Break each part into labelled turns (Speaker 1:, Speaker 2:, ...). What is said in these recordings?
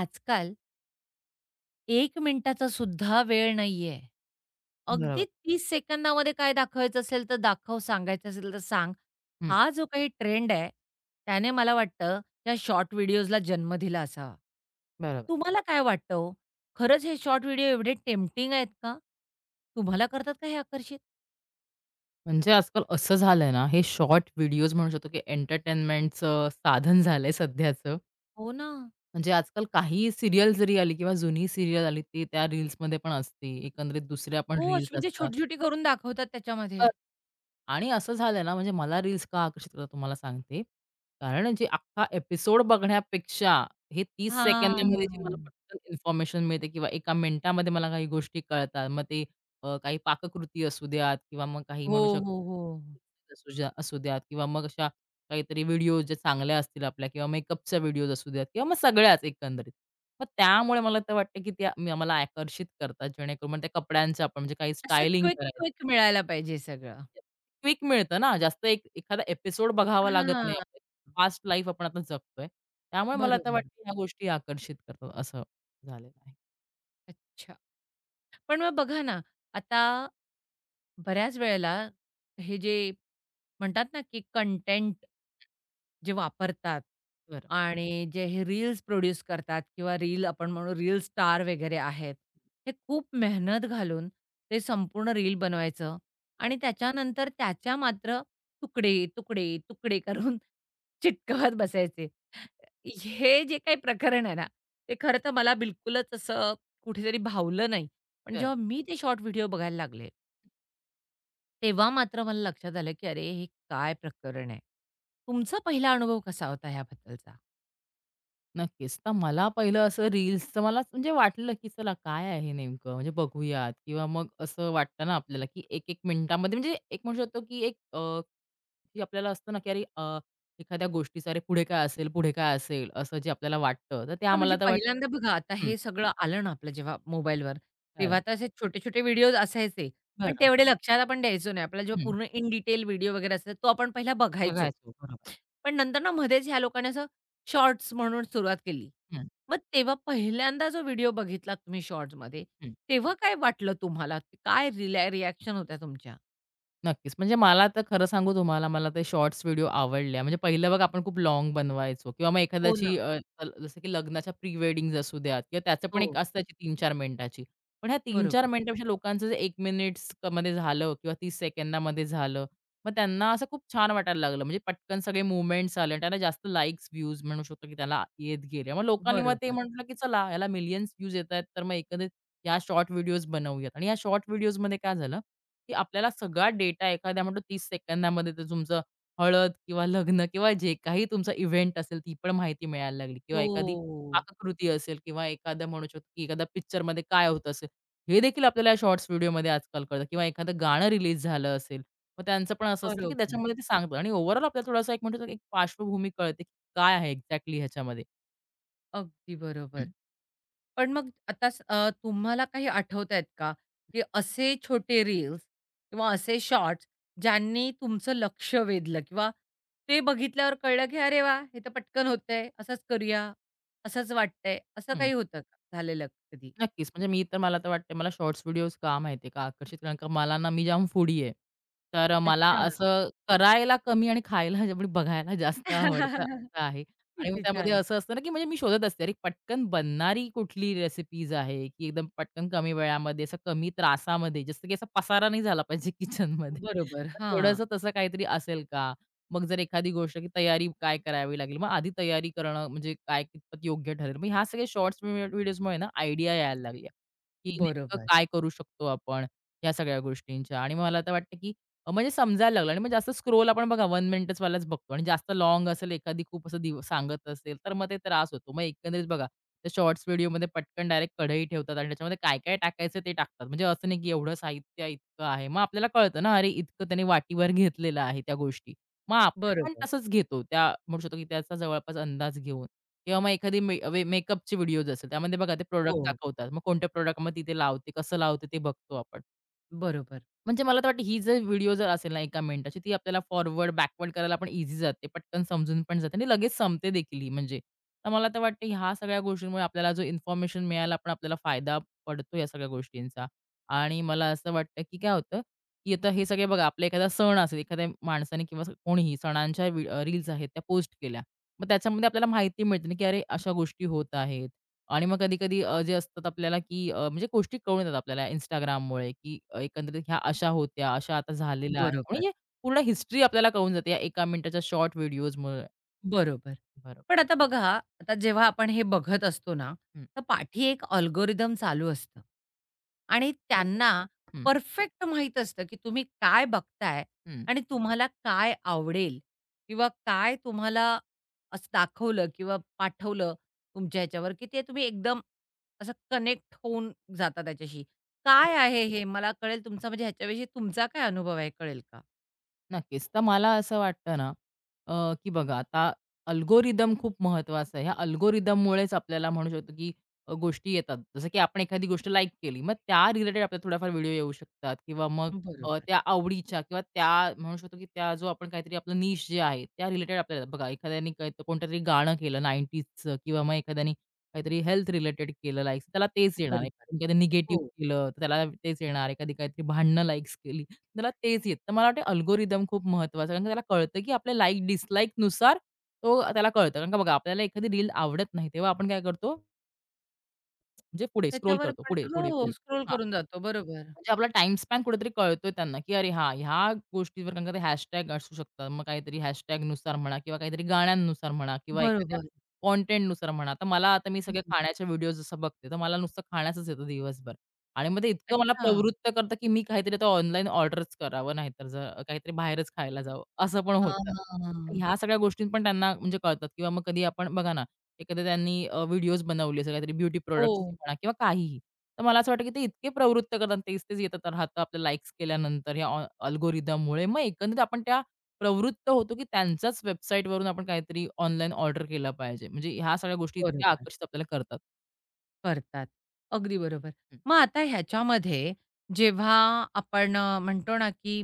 Speaker 1: आजकाल 1 मिनिटाचा सुद्धा वेळ नाहीये. अगदी
Speaker 2: बरोबर.
Speaker 1: 30 सेकंदामध्ये काय दाखवायचं असेल तर दाखव, सांगायचं असेल तर सांग.
Speaker 2: हं,
Speaker 1: हा जो काही ट्रेंड आहे, त्याने मला वाटतं या शॉर्ट व्हिडिओजला जन्म दिला असावा.
Speaker 2: बरोबर.
Speaker 1: तुम्हाला काय वाटतं हो? खरंच हे शॉर्ट व्हिडिओ एवढे टेम्प्टिंग आहेत का? तुम्हाला करतात का हे आकर्षित?
Speaker 2: म्हणजे आजकाल असं झालंय ना, हे शॉर्ट व्हिडिओज म्हणू शकतो, की एंटरटेनमेंटचं साधन झालंय सध्याचं.
Speaker 1: हो ना.
Speaker 2: म्हणजे आजकाल काहीही सीरियल जरी आली किंवा जुनी सीरियल आली, ती त्या रील्समध्ये पण असते. एकंदरीत दुसऱ्या पण
Speaker 1: हो,
Speaker 2: रील्स
Speaker 1: अशी म्हणजे
Speaker 2: असतात.
Speaker 1: छोटी-छोटी करून दाखवतात त्याच्यामध्ये.
Speaker 2: आणि असं झालं ना, म्हणजे मला रील्स का आकर्षित करतात तुम्हाला सांगते. कारण जे अख्खा एपिसोड बघण्यापेक्षा हे 30 सेकंदामध्ये. जी मला
Speaker 1: हां.
Speaker 2: पटकन इन्फॉर्मेशन मिळते किंवा एका मिनिटामध्ये मला काही गोष्टी कळतात. मग ते काही पाककृती असू द्यात किंवा मग काही
Speaker 1: हो,
Speaker 2: म्हणू शक
Speaker 1: हो, हो.
Speaker 2: असू ज्या असू द्यात किंवा मग अशा काहीतरी व्हिडिओज ज्या चांगल्या असतील आपल्या किंवा मेकअपच्या व्हिडिओज असू द्यात किंवा मग सगळ्याच एकंदरीत. मग त्यामुळे मला तर वाटतं, की त्या म मला आकर्षित करतात जेणेकरून मग त्या कपड्यांच्या आपण म्हणजे काही
Speaker 1: असं
Speaker 2: स्टायलिंग
Speaker 1: क्विक,
Speaker 2: करायचं.
Speaker 1: क्विक मिळायला पाहिजे सगळं.
Speaker 2: क्विक मिळतं ना, जास्त एक एखादा एपिसोड बघावा लागत
Speaker 1: हां.
Speaker 2: नाही आपल्याला. फास्ट लाईफ आपण आता जगतोय. त्यामुळे मला आता
Speaker 1: बरोबर.
Speaker 2: वाटतं ह्या गोष्टी आकर्षित करतात असं झालेलं आहे.
Speaker 1: अच्छा. पण मग बघा ना, आता बऱ्याच वेळेला हे जे म्हणतात ना, की कंटेंट जे वापरतात
Speaker 2: बरं,
Speaker 1: आणि जे हे रील्स प्रोड्यूस करतात किंवा रील आपण म्हणू रील स्टार वगैरे आहेत. हे खूप मेहनत घालून ते संपूर्ण रील बनवायचं
Speaker 2: बरं,
Speaker 1: आणि त्याच्यानंतर त्याच्या मात्र तुकडे, तुकडे, तुकडे करून चिटकवत बसायचे. हे जे काही प्रकरण आहे ना, ते खरं तर मला बिलकुलच असं कुठेतरी भावलं नाही. पण
Speaker 2: बरं.
Speaker 1: जेव्हा मी ते शॉर्ट व्हिडिओ बघायला लागले, तेव्हा मात्र मला लक्षात आलं, की "अरे, हे काय प्रकरण आहे?" तुमचा पहिला अनुभव कसा होता ह्याबद्दलचा?
Speaker 2: नक्कीच. तर मला पहिलं असं रील्सचं मलाच म्हणजे वाटलं, की चला काय आहे नेमकं म्हणजे बघूयात किंवा मग असं वाटतं ना आपल्याला, की 1-1 मिनिटामध्ये म्हणजे एक म्हणू शकतो, की की आपल्याला असतं ना, की एखाद्या गोष्टीचं अरे पुढे काय असेल, पुढे काय असेल असं जे आपल्याला वाटतं. तर त्या
Speaker 1: हां,
Speaker 2: मला
Speaker 1: म्हणजे
Speaker 2: तर
Speaker 1: पहिल्यांदा बघा आता
Speaker 2: वाटतं.
Speaker 1: हे सगळं आलं ना आपलं जेव्हा मोबाईलवर,
Speaker 2: बरं,
Speaker 1: तेव्हा तर असे छोटे-छोटे व्हिडिओज असायचे, पण
Speaker 2: बरं.
Speaker 1: तेवढे लक्षात आपण द्यायचो नाही. आपला जेव्हा
Speaker 2: हं.
Speaker 1: पूर्ण इन डिटेल व्हिडिओ वगैरे असायचा, तो आपण पहिला बघायचो.
Speaker 2: बघायचो. बरोबर.
Speaker 1: पण नंतर ना मध्येच ह्या लोकांनी असं शॉर्ट्स म्हणून सुरुवात केली.
Speaker 2: हं,
Speaker 1: मग तेव्हा पहिल्यांदा जो व्हिडिओ बघितला तुम्ही शॉर्ट्समध्ये,
Speaker 2: हं.
Speaker 1: तेव्हा काय वाटलं तुम्हाला? काय रिएक्शन होत्या तुमच्या?
Speaker 2: नक्कीच. म्हणजे मला तर खरं सांगू तुम्हाला, मला ते शॉर्ट्स व्हिडिओ आवडले. म्हणजे पहिलं बघा आपण खूप लाँग बनवायचो किंवा मग
Speaker 1: हो ना.
Speaker 2: जसं की लग्नाच्या प्री वेडिंग्ज असू द्यात किंवा त्याचं पण एक
Speaker 1: हो.
Speaker 2: असायची 3-4 मिनिटाची. पण ह्या 3-4
Speaker 1: बरोबर.
Speaker 2: मिनिटापेक्षा लोकांचं जे 1 मिनिट्समध्ये झालं किंवा 30 सेकंदामध्ये झालं, मग त्यांना असं खूप छान वाटायला लागलं. म्हणजे पटकन सगळे मूव्हमेंट्स आले आणि जास्त लाइक्स, व्ह्यूज म्हणू शकतो की त्याला येत गेले. मग लोकांनी मग ते
Speaker 1: बरोबर.
Speaker 2: म्हटलं की चला ह्याला मिलियन्स व्ह्यूज येतायत, तर मग एकंदरीत ह्या शॉर्ट व्हिडिओज बनवूयात आणि ह्या शॉर्ट व्हिडिओजमध्ये काय झालं की आपल्याला सगळा डेटा एखाद्या म्हणतो 30 सेकंदामध्ये तर तुमचं हळद किंवा लग्न किंवा जे काही तुमचा इव्हेंट असेल, ती पण माहिती मिळायला लागली किंवा एखादी
Speaker 1: हो.
Speaker 2: पाककृती असेल किंवा एखादा म्हणू शकतो की एखाद्या पिक्चरमध्ये काय होत असेल, हे देखील आपल्याला या शॉर्ट्स व्हिडिओमध्ये आजकाल कळतं किंवा एखादं गाणं रिलीज झालं असेल, मग त्यांचं पण असं असतं की
Speaker 1: बरोबर.
Speaker 2: त्याच्यामध्ये ते सांगतात आणि ओव्हरऑल आपल्याला थोडासा एक म्हणतो एक पार्श्वभूमी कळते की काय आहे एक्झॅक्टली ह्याच्यामध्ये.
Speaker 1: अगदी बरोबर.
Speaker 2: हं.
Speaker 1: पण मग आता तुम्हाला काही आठवतायत का, की असे छोटे रील्स किंवा असे शॉर्ट्स ज्यांनी तुमचं लक्ष वेधलं किंवा ते बघितल्यावर कळलं, की "अरे वा, हे तर पटकन होतंय, असंच करूया, असंच वाटतंय." असं काही होतं का झालेलं कधी?
Speaker 2: नक्कीच. म्हणजे मी तर मला तर वाटते मला शॉर्ट्स व्हिडिओज का माहिती का आकर्षित कारण का मला ना मी जाम फूडी आहे. तर मला
Speaker 1: अच्छा.
Speaker 2: असं करायला कमी आणि खायला जे म्हणजे बघायला जास्त आवडतं असं आहे. आणि मग
Speaker 1: किती
Speaker 2: त्यामध्ये
Speaker 1: छान.
Speaker 2: असं असतं ना, की म्हणजे मी शोधत असते अरे पटकन बनणारी कुठली रेसिपीज आहे, की एकदम पटकन कमी वेळामध्ये असं कमी त्रासामध्ये जसं की असा पसारा नाही झाला पाहिजे किचनमध्ये.
Speaker 1: बरोबर. हां.
Speaker 2: थोडंसं तसं काहीतरी असेल का? मग जर एखादी गोष्ट की तयारी काय करावी लागेल, मग आधी तयारी करणं म्हणजे काय कितपत योग्य ठरेल. मग ह्या सगळ्या शॉर्ट्स व्हिडिओजमुळे ना आयडिया यायला लागल्या, की नेमकं
Speaker 1: बरोबर.
Speaker 2: काय करू शकतो आपण ह्या सगळ्या गोष्टींच्या आणि मला आता वाटतं की म्हणजे समजायला लागलं आणि मग जास्त स्क्रोल आपण बघा 1 मिनिटचवालाच बघतो आणि जास्त लाँग असेल एखादी खूप असं दिव सांगत असेल, तर मग ते त्रास होतो. मग एकंदरीत बघा त्या शॉर्ट्स व्हिडिओमध्ये पटकन डायरेक्ट कढई ठेवतात आणि त्याच्यामध्ये काय-काय टाकायचं ते टाकतात. म्हणजे असं नाही की एवढं साहित्य इतकं आहे. मग आपल्याला कळतं ना, अरे इतकं त्याने वाटीवर घेतलेलं आहे त्या गोष्टी. मग आपण पण
Speaker 1: बरोबर.
Speaker 2: तसंच घेतो. त्या म्हणू शकतो, की त्याचा जवळपास अंदाज घेऊन किंवा मग एखादी मे वे मेकअपचे व्हिडिओज असेल. त्यामध्ये बघा ते प्रॉडक्ट
Speaker 1: हो.
Speaker 2: दाखवतात. मग कोणत्या प्रॉडक्ट मग तिथे लावते, कसं लावते ते बघतो आपण.
Speaker 1: बरोबर.
Speaker 2: म्हणजे मला तर वाटतं ही जर व्हिडिओ जर असेल ना, 1 मिनिटाची ती आपल्याला फॉरवर्ड, बॅकवर्ड करायला पण इझी जाते. पटकन समजून पण जाते आणि लगेच संपते देखील ही म्हणजे. तर मला तर वाटतं ह्या सगळ्या गोष्टींमुळे आपल्याला जो इन्फॉर्मेशन मिळायला पण आपल्याला फायदा पडतो या सगळ्या गोष्टींचा. आणि मला असं वाटतं, की काय होतं, की आता हे सगळे बघा आपला एखादा सण असेल, एखाद्या माणसाने किंवा असं कोणीही सणांच्या रील्स आहेत त्या पोस्ट केल्या. मग त्याच्यामध्ये आपल्याला माहिती मिळते ना, की अरे अशा गोष्टी होत आहेत. आणि मग कधी-कधी जे असतात आपल्याला, की म्हणजे गोष्टी कळून येतात आपल्याला Instagramमुळे, की एकंदरीत ह्या अशा होत्या, अशा आता झालेल्या आहेत.
Speaker 1: बरोबर.
Speaker 2: म्हणजे पूर्ण हिस्ट्री आपल्याला कळून जाते या एका मिनिटाच्या शॉर्ट व्हिडिओजमुळे.
Speaker 1: बरोबर.
Speaker 2: बरोबर.
Speaker 1: पण आता बघा, आता जेव्हा आपण हे बघत असतो ना,
Speaker 2: हं.
Speaker 1: तर पाठी एक अल्गोरिदम चालू असतं आणि
Speaker 2: बरोबर.
Speaker 1: त्यांना
Speaker 2: हं,
Speaker 1: परफेक्ट माहीत असतं, की तुम्ही काय बघताय
Speaker 2: हं.
Speaker 1: आणि तुम्हाला काय आवडेल किंवा काय तुम्हाला असं दाखवलं किंवा पाठवलं तुमच्या ह्याच्यावर, की ते तुम्ही एकदम असं कनेक्ट होऊन जाता त्याच्याशी. काय आहे हे? मला कळेल तुमचा म्हणजे ह्याच्याविषयी तुमचा काय अनुभव आहे, कळेल का?
Speaker 2: नक्कीच. तर मला असं वाटतं ना, की बघा आता अल्गोरिदम खूप महत्त्वाचं आहे. ह्या अल्गोरिदममुळेच आपल्याला म्हणू शकतो, की गोष्टी येतात. जसं की आपण एखादी गोष्ट लाइक केली, मग त्या रिलेटेड आपल्याला थोड्याफार व्हिडिओ येऊ शकतात किंवा मग
Speaker 1: बरोबर,
Speaker 2: त्या आवडीच्या किंवा त्या म्हणू शकतो, की त्या जो आपण काहीतरी आपलं जे आहे, त्या रिलेटेड आपल्याला बघा एखाद्याने काही कोणतरी गाणं केलं 90sचं किंवा मग एखाद्याने काहीतरी हेल्थ रिलेटेड केलं लाइक्स, त्याला तेच येणार
Speaker 1: बरोबर.
Speaker 2: एखाद्याने
Speaker 1: हो.
Speaker 2: निगेटिव्ह केलं, तर त्याला तेच येणार. एखादी काहीतरी भांडणं लाइक्स केली त्याला तेच येतं. तर मला वाटतं अल्गोरिदम खूप महत्त्वाचा आहे. कारण का त्याला कळतं, की आपल्या लाइक डिसलाइकनुसार तो त्याला कळतं. कारण का बघा आपल्याला एखादी रील आवडत नाही, तेव्हा आपण काय करतो म्हणजे पुढे स्क्रोल
Speaker 1: त्याच्यावर
Speaker 2: करतो.
Speaker 1: पण
Speaker 2: पुढे,
Speaker 1: हो,
Speaker 2: पुढे,
Speaker 1: हो.
Speaker 2: पुढे.
Speaker 1: स्क्रोल करून जातो. बरोबर.
Speaker 2: म्हणजे आपला टाइम स्पॅन कुठेतरी कळतोय त्यांना, की अरे हां, ह्या गोष्टीवर कारण का ते हॅशटॅग असू शकतात. मग काहीतरी हॅशटॅगनुसार म्हणा किंवा काहीतरी गाण्यांनुसार म्हणा किंवा एखाद्या
Speaker 1: बरोबर.
Speaker 2: कॉटेंटनुसार म्हणा. तर मला आता मी सगळे
Speaker 1: हं.
Speaker 2: खाण्याच्या व्हिडिओज जसं बघते, तर मला नुसतं खाण्याचंच येतं दिवसभर आणि मग ते इतकं मला
Speaker 1: अच्छा.
Speaker 2: प्रवृत्त करतं, की मी काहीतरी आता ऑनलाईन ऑर्डरच करावं, नाहीतर जर काहीतरी बाहेरच खायला जावं, असं पण होतं.
Speaker 1: हां.
Speaker 2: ह्या सगळ्या गोष्टी पण त्यांना म्हणजे कळतात किंवा मग कधी आपण बघा ना, एखाद्या त्यांनी व्हिडिओज बनवले, असं काहीतरी ब्युटी
Speaker 1: हो.
Speaker 2: प्रॉडक्ट्सचे म्हणा किंवा काहीही. तर मला असं वाटतं, की ते इतके प्रवृत्त करतात तेच-तेच येत राहतं आपल्या लाइक्स केल्यानंतर या अल्गोरिदममुळे. मग एकंदरीत आपण त्या प्रवृत्त होतो, की त्यांच्याच वेबसाईटवरून आपण काहीतरी ऑनलाईन ऑर्डर केलं पाहिजे. म्हणजे ह्या सगळ्या गोष्टी इतक्या
Speaker 1: बरोबर.
Speaker 2: आकर्षित आपल्याला करतात.
Speaker 1: करतात. अगदी बरोबर.
Speaker 2: हं.
Speaker 1: मग आता ह्याच्यामध्ये जेव्हा आपण म्हणतो ना, की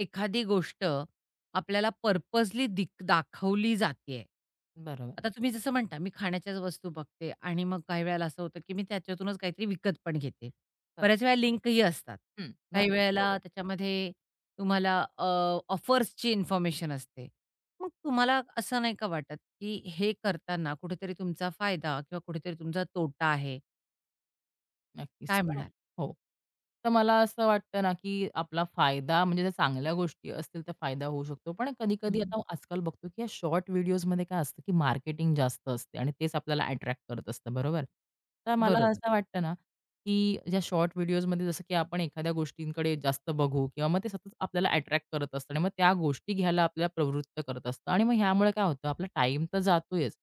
Speaker 1: एखादी गोष्ट आपल्याला पर्पजली दाखवली जातीये.
Speaker 2: बरोबर.
Speaker 1: आता तुम्ही जसं म्हणता, मी खाण्याच्याच वस्तू बघते आणि मग काही वेळेला असं होतं, की मी त्याच्यातूनच काहीतरी विकत पण घेते.
Speaker 2: बरोबर.
Speaker 1: बऱ्याच वेळा लिंकही असतात. काही
Speaker 2: बरोबर. हो.
Speaker 1: वेळेला त्याच्यामध्ये तुम्हाला ऑफर्सची इन्फॉर्मेशन असते. मग तुम्हाला असं नाही का वाटत, की हे करताना कुठेतरी तुमचा फायदा किंवा कुठेतरी तुमचा तोटा आहे?
Speaker 2: नक्कीच.
Speaker 1: काय
Speaker 2: तर
Speaker 1: म्हणाल?
Speaker 2: हो. तर मला असं वाटतं ना, की आपला फायदा म्हणजे जर चांगल्या गोष्टी असतील तर फायदा होऊ शकतो. पण कधी-कधी
Speaker 1: हं,
Speaker 2: आता आजकाल बघतो, की या शॉर्ट व्हिडिओजमध्ये काय असतं, की मार्केटिंग जास्त असते आणि तेच आपल्याला अट्रॅक्ट करत असतं, बरोबर? तर मला
Speaker 1: बरोबर,
Speaker 2: असं वाटतं ना, की ज्या शॉर्ट व्हिडिओजमध्ये जसं की आपण एखाद्या गोष्टींकडे जास्त बघू किंवा मग ते सतत आपल्याला अट्रॅक्ट करत असतं आणि मग त्या गोष्टी घ्यायला आपल्याला प्रवृत्त करत असतं आणि मग ह्यामुळे काय होतं, आपला टाईम तर जातोयच,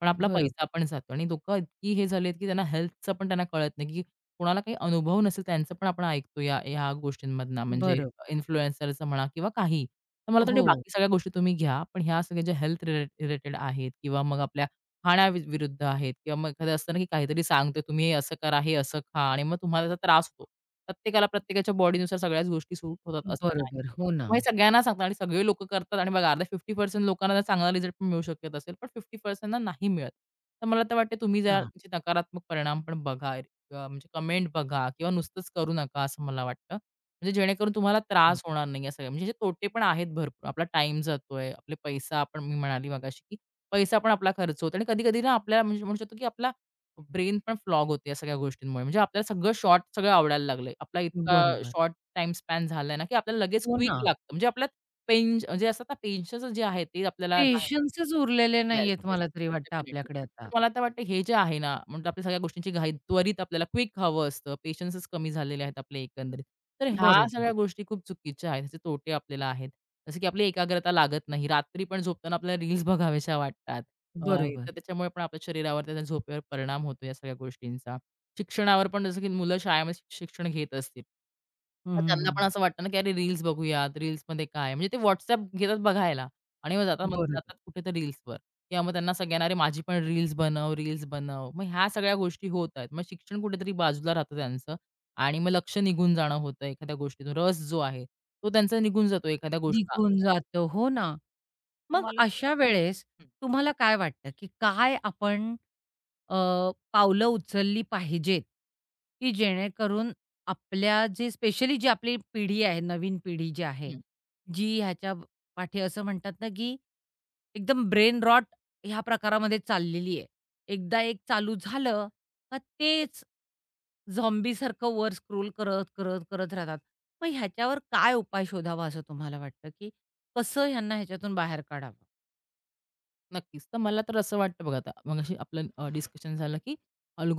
Speaker 2: पण आपला
Speaker 1: बरोबर,
Speaker 2: पैसा पण जातो आणि लोकं इतकी हे झालेत, की त्यांना हेल्थचं पण त्यांना कळत नाही, कोणाला काही अनुभव नसेल त्यांचं पण आपण ऐकतो या ह्या गोष्टींमधनं म्हणजे
Speaker 1: बरोबर.
Speaker 2: इन्फ्लुएन्सरचं म्हणा किंवा काही. तर मला वाटतं
Speaker 1: हो,
Speaker 2: बाकी सगळ्या गोष्टी तुम्ही घ्या. पण ह्या सगळ्या ज्या हेल्थ रिलेटेड आहेत किंवा मग आपल्या खाण्याविरुद्ध आहेत किंवा मग एखादं असतं ना, की काहीतरी सांगतो तुम्ही हे असं करा, हे असं खा आणि मग तुम्हाला त्याचा त्रास होतो. प्रत्येकाला प्रत्येकाच्या बॉडीनुसार सगळ्याच गोष्टी सूट होतात असं नाही.
Speaker 1: बरोबर. हो ना.
Speaker 2: मग हे सगळ्यांना सांगतात आणि सगळे लोकं करतात आणि बघा अर्ध्या 50% लोकांना तर चांगला रिझल्ट पण मिळू शकत असेल, पण 50% ना नाही मिळत. तर मला तर वाटते तुम्ही जरा
Speaker 1: अच्छा.
Speaker 2: त्याचे नकारात्मक परिणाम पण बघा किंवा म्हणजे कमेंट बघा किंवा नुसतंच करू नका असं मला वाटतं. म्हणजे जेणेकरून तुम्हाला त्रास होणार नाही या सगळ्या म्हणजे जे तोटे पण आहेत भरपूर. आपला टाईम जातोय, आपले पैसा आपण मी म्हणाली मगाशी, की पैसा पण आपला खर्च होतो आणि कधी-कधी ना आपल्याला म्हणजे म्हणू शकतो, की आपला ब्रेन पण फ्लॉग होते या सगळ्या गोष्टींमुळे. म्हणजे आपल्याला सगळं शॉर्ट सगळं आवडायला लागलंय. आपला इतका
Speaker 1: बरोबर.
Speaker 2: शॉर्ट टाईम स्पॅन झालाय ना, की आपल्याला लगेच
Speaker 1: हो ना.
Speaker 2: क्विक लागतं. म्हणजे आपल्याला पेन म्हणजे असं पेशन्स जे आहे ते आपल्याला नाही
Speaker 1: पेशन्सच उरलेले
Speaker 2: येस,
Speaker 1: नाहीयेत
Speaker 2: येस.
Speaker 1: मला तरी वाटतं
Speaker 2: डेफिनिटली.
Speaker 1: आपल्याकडे
Speaker 2: तर
Speaker 1: आता.
Speaker 2: मला तर वाटतं हे जे आहे ना, म्हणजे आपल्या सगळ्या गोष्टींची घाई त्वरित आपल्याला क्विक हवं असतं. पेशन्सच कमी झालेले आहेत आपले एकंदरीत. तर ह्या
Speaker 1: बरोबर,
Speaker 2: सगळ्या गोष्टी खूप चुकीच्या आहेत. त्याचे तोटे आपल्याला आहेत. जसं की आपली एकाग्रता लागत नाही. रात्री पण झोपताना आपल्याला रील्स बघाव्याशा वाटतात. अ,
Speaker 1: बरोबर.
Speaker 2: तर त्याच्यामुळे पण आपल्या शरीरावर, त्याच्या झोपेवर परिणाम होतो या सगळ्या गोष्टींचा. शिक्षणावर पण जसं की मुलं शाळेमध्ये शिक्षण घेत असतील.
Speaker 1: हं,
Speaker 2: तर
Speaker 1: हं,
Speaker 2: त्यांना
Speaker 1: हं.
Speaker 2: पण असं वाटतं ना, की अरे रील्स बघूयात, रील्समध्ये काय? म्हणजे ते WhatsApp घेतात बघायला आणि मग जातात
Speaker 1: बरोबर.
Speaker 2: कुठे तर रील्सवर किंवा मग त्यांना सगळ्यांना "अरे माझी पण रील्स बनव, रील्स बनव." मग ह्या सगळ्या गोष्टी होत आहेत. मग शिक्षण कुठेतरी बाजूला राहतं त्यांचं आणि मग लक्ष निघून जाणं होतं एखाद्या गोष्टीतून. रस जो आहे, तो त्यांचा निघून जातो एखाद्या गोष्टी
Speaker 1: निघून जातं. हो ना.
Speaker 2: तर
Speaker 1: मग
Speaker 2: मला
Speaker 1: अशा वेळेस
Speaker 2: हं.
Speaker 1: तुम्हाला काय वाटतं, की काय आपण अ, पावलं उचलली पाहिजेत, की जेणेकरून आपल्या जे स्पेशली जी आपली पिढी आहे, नवीन पिढी जी आहे, जी ह्याच्या पाठी असं म्हणतात ना, की एकदम ब्रेन रॉट ह्या प्रकारामध्ये चाललेली आहे. एकदा एक चालू झालं, का तेच झॉम्बीसारखं वर स्क्रोल करत, करत, करत राहतात. मग ह्याच्यावर काय उपाय शोधावा असं तुम्हाला वाटतं, की कसं ह्यांना ह्याच्यातून बाहेर काढावं?
Speaker 2: नक्कीच. तर मला तर असं वाटतं बघा आता मगाशी आपलं डिस्कशन झालं, की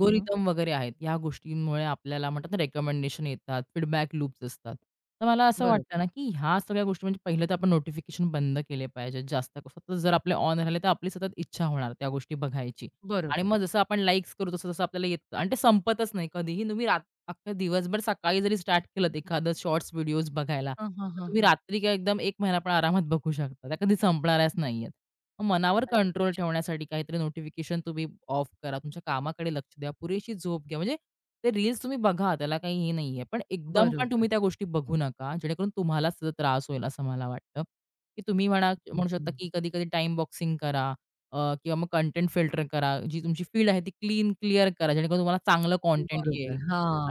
Speaker 1: हं,
Speaker 2: वगैरे आहेत. या गोष्टींमुळे आपल्याला म्हणतात ना रिकमेंडेशन येतात, फीडबॅक लूप्स असतात. तर मला असं
Speaker 1: बरोबर,
Speaker 2: वाटतं ना, की ह्या सगळ्या गोष्टी म्हणजे पहिलं तर आपण नोटिफिकेशन बंद केले पाहिजेत जास्त सतत जर आपले ऑन राहिले तर आपली सतत इच्छा होणार त्या गोष्टी बघायची. आणि
Speaker 1: बरोबर.
Speaker 2: मग जसं आपण लाईक्स करू तसं-तसं आपल्याला येतं आणि ते संपतच नाही. कधीही तुम्ही रात अख्खा दिवसभर सकाळी जरी स्टार्ट केलत एखादं शॉर्ट्स व्हिडिओज बघायला,
Speaker 1: हां, हां,
Speaker 2: तर
Speaker 1: हां,
Speaker 2: तुम्ही
Speaker 1: हां.
Speaker 2: रात्री काय एकदम 1 महिना पण आरामात बघू शकता. त्या कधी संपणाऱ्याच नाहीयेत. मग मनावर कंट्रोल
Speaker 1: अच्छ
Speaker 2: ठेवण्यासाठी काहीतरी नोटिफिकेशन तुम्ही ऑफ करा, तुमच्या कामाकडे लक्ष द्या, पुरेशी झोप घ्या. म्हणजे ते रील्स तुम्ही बघा, त्याला काही हे नाहीये. पण एकदम पण
Speaker 1: बरोबर.
Speaker 2: तुम्ही त्या गोष्टी बघू नका, जेणेकरून तुम्हालाच त्याचा त्रास होईल असं मला वाटतं. की तुम्ही म्हणा म्हणू शकता,
Speaker 1: हं,
Speaker 2: की कधी-कधी टाईम बॉक्सिंग करा किंवा मग कंटेंट फिल्टर करा. जी तुमची फील्ड आहे ती क्लीन, क्लिअर करा, जेणेकरून तुम्हाला चांगलं कंटेंट
Speaker 1: बरोबर.
Speaker 2: येईल.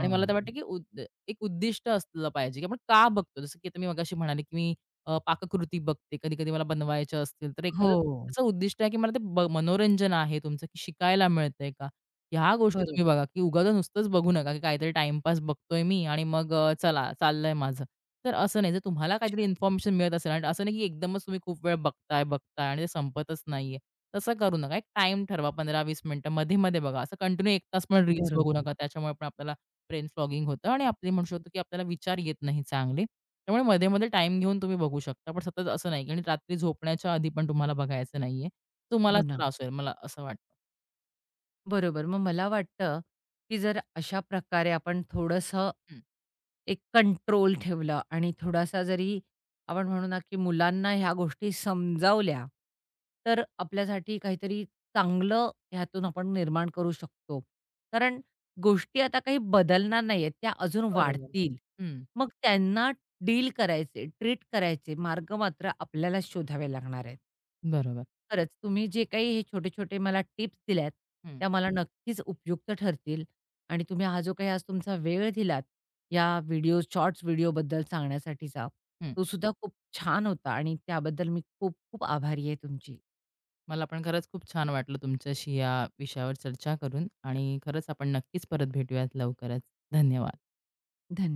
Speaker 2: आणि मला तर वाटतं, की एक उद्दिष्ट असलं पाहिजे, की आपण का बघतो? जसं की आता मी मगाशी म्हणाले, की पाककृती बघते. कधी-कधी मला बनवायच्या असतील, तर एखादं
Speaker 1: हो.
Speaker 2: त्याचं उद्दिष्ट आहे, की मला ते मनोरंजन आहे तुमचं, की शिकायला मिळतंय का? ह्या गोष्टी
Speaker 1: बरोबर.
Speaker 2: तुम्ही बघा, की उगाच नुसतंच बघू नका, की काहीतरी टाईमपास बघतोय मी आणि मग चला चाललंय माझं. तर असं नाही. जर तुम्हाला काहीतरी
Speaker 1: अच्छा.
Speaker 2: इन्फॉर्मेशन मिळत असेल आणि असं नाही, की एकदमच तुम्ही खूप वेळ बघताय, बघताय आणि ते संपतच नाहीये. तसं करू नका. एक टाईम ठरवा 15-20 मिनिटं मध्ये-मध्ये बघा. असं कंटिन्यू 1 तास पण रील्स बघू
Speaker 1: बरोबर.
Speaker 2: नका. त्याच्यामुळे पण आपल्याला ब्रेन फ्लॉगिंग होतं आणि आपली म्हणू शकतो, की आपल्याला विचार येत नाही चांगले. त्यामुळे मध्ये-मध्ये टाईम घेऊन तुम्ही बघू शकता. पण सतत असं नाही, की आणि रात्री झोपण्याच्या आधी पण तुम्हाला बघायचं नाहीये.
Speaker 1: हो
Speaker 2: तुम्हालाच
Speaker 1: ना.
Speaker 2: त्रास होईल, मला असं वाटतं.
Speaker 1: बरोबर. मग मला वाटतं, की जर अशा प्रकारे आपण थोडंसं
Speaker 2: हं,
Speaker 1: एक कंट्रोल ठेवलं आणि थोडासा जरी आपण म्हणू ना, की मुलांना ह्या गोष्टी समजावल्या, तर आपल्यासाठी काहीतरी चांगलं ह्यातून आपण निर्माण करू शकतो. कारण गोष्टी आता काही बदलणार नाहीयेत, त्या अजून
Speaker 2: बरोबर.
Speaker 1: वाढतील.
Speaker 2: हं,
Speaker 1: मग त्यांना डील करायचे, ट्रीट करायचे मार्ग मात्र आपल्यालाच शोधावे लागणार आहेत.
Speaker 2: बरोबर.
Speaker 1: खरंच, तुम्ही जे काही हे छोटे-छोटे मला टिप्स दिल्यात,
Speaker 2: हं,
Speaker 1: त्या मला नक्कीच उपयुक्त ठरतील आणि तुम्ही हा जो काही आज तुमचा वेळ दिलात, या व्हिडिओ शॉर्ट्स व्हिडिओबद्दल सांगण्यासाठीचा,
Speaker 2: हं.
Speaker 1: तो सुद्धा खूप छान होता आणि त्याबद्दल मी खूप-खूप आभारी आहे तुमची.
Speaker 2: मला पण खरंच खूप छान वाटलं तुमच्याशी या विषयावर चर्चा करून आणि खरंच आपण नक्कीच परत भेटूयात लवकरच. धन्यवाद.
Speaker 1: धन्य